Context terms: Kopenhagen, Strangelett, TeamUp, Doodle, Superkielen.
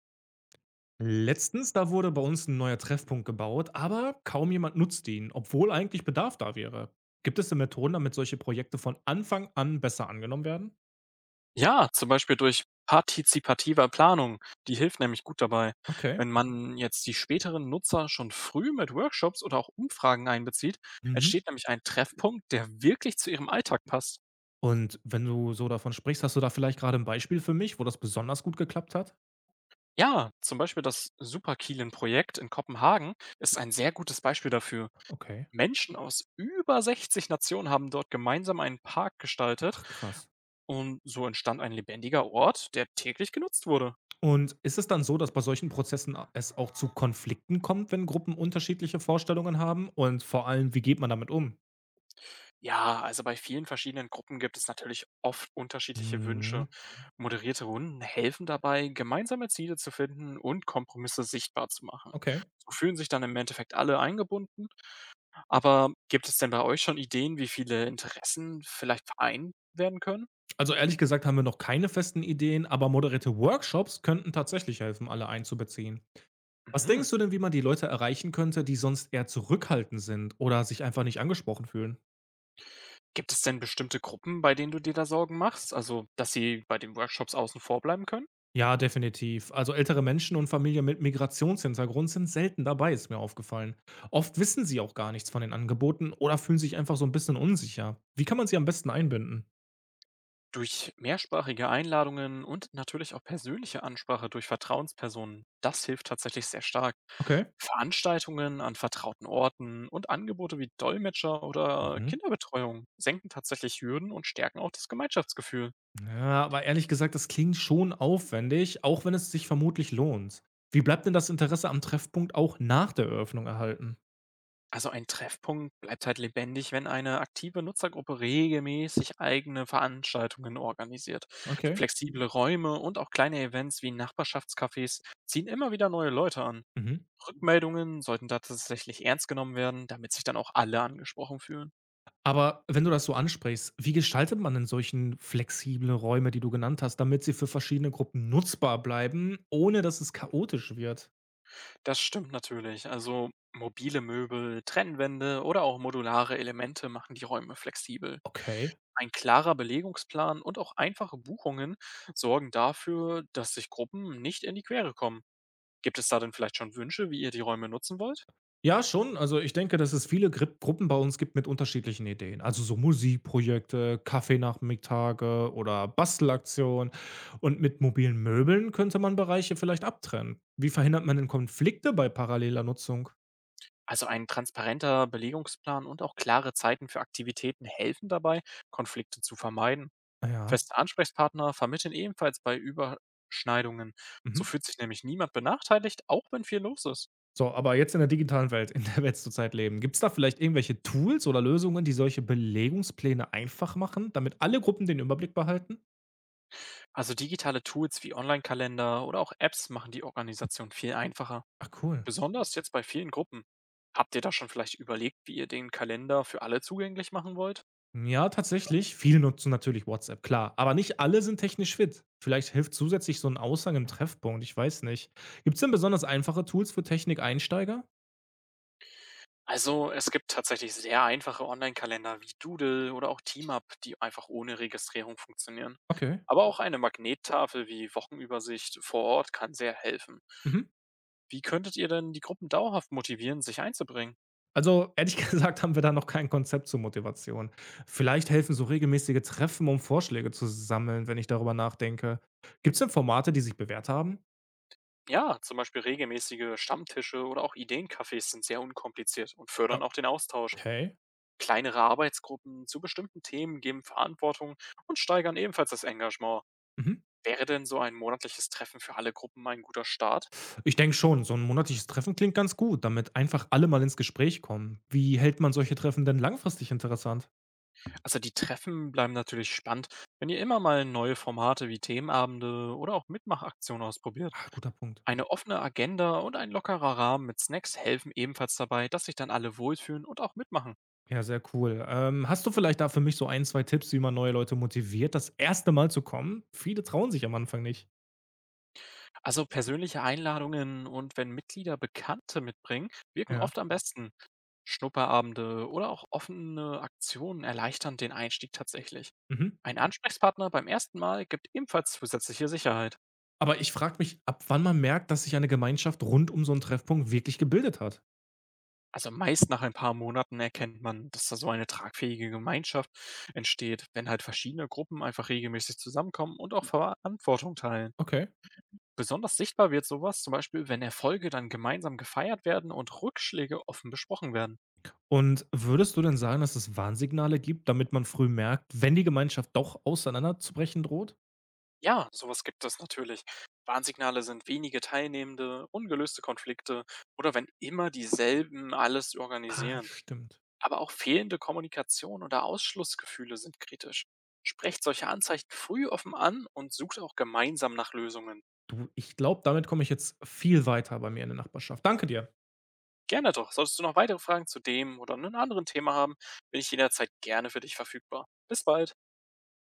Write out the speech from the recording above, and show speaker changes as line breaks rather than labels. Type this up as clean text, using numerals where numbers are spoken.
Letztens, da wurde bei uns ein neuer Treffpunkt gebaut, aber kaum jemand nutzt ihn, obwohl eigentlich Bedarf da wäre. Gibt es denn Methoden, damit solche Projekte von Anfang an besser angenommen werden?
Ja, zum Beispiel durch partizipativer Planung. Die hilft nämlich gut dabei.
Okay.
Wenn man jetzt die späteren Nutzer schon früh mit Workshops oder auch Umfragen einbezieht,
Mhm.
entsteht nämlich ein Treffpunkt, der wirklich zu ihrem Alltag passt.
Und wenn du so davon sprichst, hast du da vielleicht gerade ein Beispiel für mich, wo das besonders gut geklappt hat?
Ja, zum Beispiel das Superkielen-Projekt in Kopenhagen ist ein sehr gutes Beispiel dafür.
Okay.
Menschen aus über 60 Nationen haben dort gemeinsam einen Park gestaltet
Ach, krass.
und so entstand ein lebendiger Ort, der täglich genutzt wurde.
Und ist es dann so, dass bei solchen Prozessen es auch zu Konflikten kommt, wenn Gruppen unterschiedliche Vorstellungen haben? Und vor allem, wie geht man damit um?
Ja, also bei vielen verschiedenen Gruppen gibt es natürlich oft unterschiedliche Wünsche.
Mhm.
Moderierte Runden helfen dabei, gemeinsame Ziele zu finden und Kompromisse sichtbar zu machen.
Okay.
So fühlen sich dann im Endeffekt alle eingebunden. Aber gibt es denn bei euch schon Ideen, wie viele Interessen vielleicht vereint werden können?
Also, ehrlich gesagt haben wir noch keine festen Ideen, aber moderierte Workshops könnten tatsächlich helfen, alle einzubeziehen. Was
Mhm.
denkst du denn, wie man die Leute erreichen könnte, die sonst eher zurückhaltend sind oder sich einfach nicht angesprochen fühlen?
Gibt es denn bestimmte Gruppen, bei denen du dir da Sorgen machst? Also, dass sie bei den Workshops außen vor bleiben können?
Ja, definitiv. Also ältere Menschen und Familien mit Migrationshintergrund sind selten dabei, ist mir aufgefallen. Oft wissen sie auch gar nichts von den Angeboten oder fühlen sich einfach so ein bisschen unsicher. Wie kann man sie am besten einbinden?
Durch mehrsprachige Einladungen und natürlich auch persönliche Ansprache durch Vertrauenspersonen, das hilft tatsächlich sehr stark.
Okay.
Veranstaltungen an vertrauten Orten und Angebote wie Dolmetscher oder
Mhm.
Kinderbetreuung senken tatsächlich Hürden und stärken auch das Gemeinschaftsgefühl.
Ja, aber ehrlich gesagt, das klingt schon aufwendig, auch wenn es sich vermutlich lohnt. Wie bleibt denn das Interesse am Treffpunkt auch nach der Eröffnung erhalten?
Also ein Treffpunkt bleibt halt lebendig, wenn eine aktive Nutzergruppe regelmäßig eigene Veranstaltungen organisiert.
Okay.
Flexible Räume und auch kleine Events wie Nachbarschaftscafés ziehen immer wieder neue Leute an.
Mhm.
Rückmeldungen sollten da tatsächlich ernst genommen werden, damit sich dann auch alle angesprochen fühlen.
Aber wenn du das so ansprichst, wie gestaltet man denn solchen flexiblen Räume, die du genannt hast, damit sie für verschiedene Gruppen nutzbar bleiben, ohne dass es chaotisch wird?
Das stimmt natürlich. Also mobile Möbel, Trennwände oder auch modulare Elemente machen die Räume flexibel.
Okay.
Ein klarer Belegungsplan und auch einfache Buchungen sorgen dafür, dass sich Gruppen nicht in die Quere kommen. Gibt es da denn vielleicht schon Wünsche, wie ihr die Räume nutzen wollt?
Ja, schon. Also, ich denke, dass es viele Grip Gruppen bei uns gibt mit unterschiedlichen Ideen. Also, so Musikprojekte, Kaffeenachmittage oder Bastelaktionen. Und mit mobilen Möbeln könnte man Bereiche vielleicht abtrennen. Wie verhindert man denn Konflikte bei paralleler Nutzung?
Also ein transparenter Belegungsplan und auch klare Zeiten für Aktivitäten helfen dabei, Konflikte zu vermeiden.
Ah, ja.
Feste Ansprechpartner vermitteln ebenfalls bei Überschneidungen. So
Mhm.
fühlt sich nämlich niemand benachteiligt, auch wenn viel los ist.
So, aber jetzt in der digitalen Welt, in der wir jetzt zurzeit leben, gibt es da vielleicht irgendwelche Tools oder Lösungen, die solche Belegungspläne einfach machen, damit alle Gruppen den Überblick behalten?
Also digitale Tools wie Online-Kalender oder auch Apps machen die Organisation viel einfacher.
Ach, cool.
Besonders jetzt bei vielen Gruppen. Habt ihr da schon vielleicht überlegt, wie ihr den Kalender für alle zugänglich machen wollt?
Ja, tatsächlich. Viele nutzen natürlich WhatsApp, klar. Aber nicht alle sind technisch fit. Vielleicht hilft zusätzlich so ein Aushang im Treffpunkt, ich weiß nicht. Gibt es denn besonders einfache Tools für Technikeinsteiger?
Also es gibt tatsächlich sehr einfache Online-Kalender wie Doodle oder auch TeamUp, die einfach ohne Registrierung funktionieren.
Okay.
Aber auch eine Magnettafel wie Wochenübersicht vor Ort kann sehr helfen.
Mhm.
Wie könntet ihr denn die Gruppen dauerhaft motivieren, sich einzubringen?
Also, ehrlich gesagt, haben wir da noch kein Konzept zur Motivation. Vielleicht helfen so regelmäßige Treffen, um Vorschläge zu sammeln, wenn ich darüber nachdenke. Gibt es denn Formate, die sich bewährt haben?
Ja, zum Beispiel regelmäßige Stammtische oder auch Ideencafés sind sehr unkompliziert und fördern auch den Austausch.
Okay.
Kleinere Arbeitsgruppen zu bestimmten Themen geben Verantwortung und steigern ebenfalls das Engagement.
Mhm.
Wäre denn so ein monatliches Treffen für alle Gruppen ein guter Start?
Ich denke schon, so ein monatliches Treffen klingt ganz gut, damit einfach alle mal ins Gespräch kommen. Wie hält man solche Treffen denn langfristig interessant?
Also die Treffen bleiben natürlich spannend, wenn ihr immer mal neue Formate wie Themenabende oder auch Mitmachaktionen ausprobiert.
Ah, guter Punkt.
Eine offene Agenda und ein lockerer Rahmen mit Snacks helfen ebenfalls dabei, dass sich dann alle wohlfühlen und auch mitmachen.
Ja, sehr cool. Hast du vielleicht da für mich so ein, 2 Tipps, wie man neue Leute motiviert, das erste Mal zu kommen? Viele trauen sich am Anfang nicht.
Also persönliche Einladungen und wenn Mitglieder Bekannte mitbringen, wirken
Ja.
oft am besten. Schnupperabende oder auch offene Aktionen erleichtern den Einstieg tatsächlich.
Mhm.
Ein Ansprechpartner beim ersten Mal gibt ebenfalls zusätzliche Sicherheit.
Aber ich frage mich, ab wann man merkt, dass sich eine Gemeinschaft rund um so einen Treffpunkt wirklich gebildet hat?
Also meist nach ein paar Monaten erkennt man, dass da so eine tragfähige Gemeinschaft entsteht, wenn halt verschiedene Gruppen einfach regelmäßig zusammenkommen und auch Verantwortung teilen.
Okay.
Besonders sichtbar wird sowas zum Beispiel, wenn Erfolge dann gemeinsam gefeiert werden und Rückschläge offen besprochen werden.
Und würdest du denn sagen, dass es Warnsignale gibt, damit man früh merkt, wenn die Gemeinschaft doch auseinanderzubrechen droht?
Ja, sowas gibt es natürlich. Warnsignale sind wenige Teilnehmende, ungelöste Konflikte oder wenn immer dieselben alles
Ah,
organisieren.
stimmt.
Aber auch fehlende Kommunikation oder Ausschlussgefühle sind kritisch. Sprecht solche Anzeichen früh offen an und sucht auch gemeinsam nach Lösungen.
Du, ich glaube, damit komme ich jetzt viel weiter bei mir in der Nachbarschaft. Danke dir.
Gerne doch. Solltest du noch weitere Fragen zu dem oder einem anderen Thema haben, bin ich jederzeit gerne für dich verfügbar. Bis bald.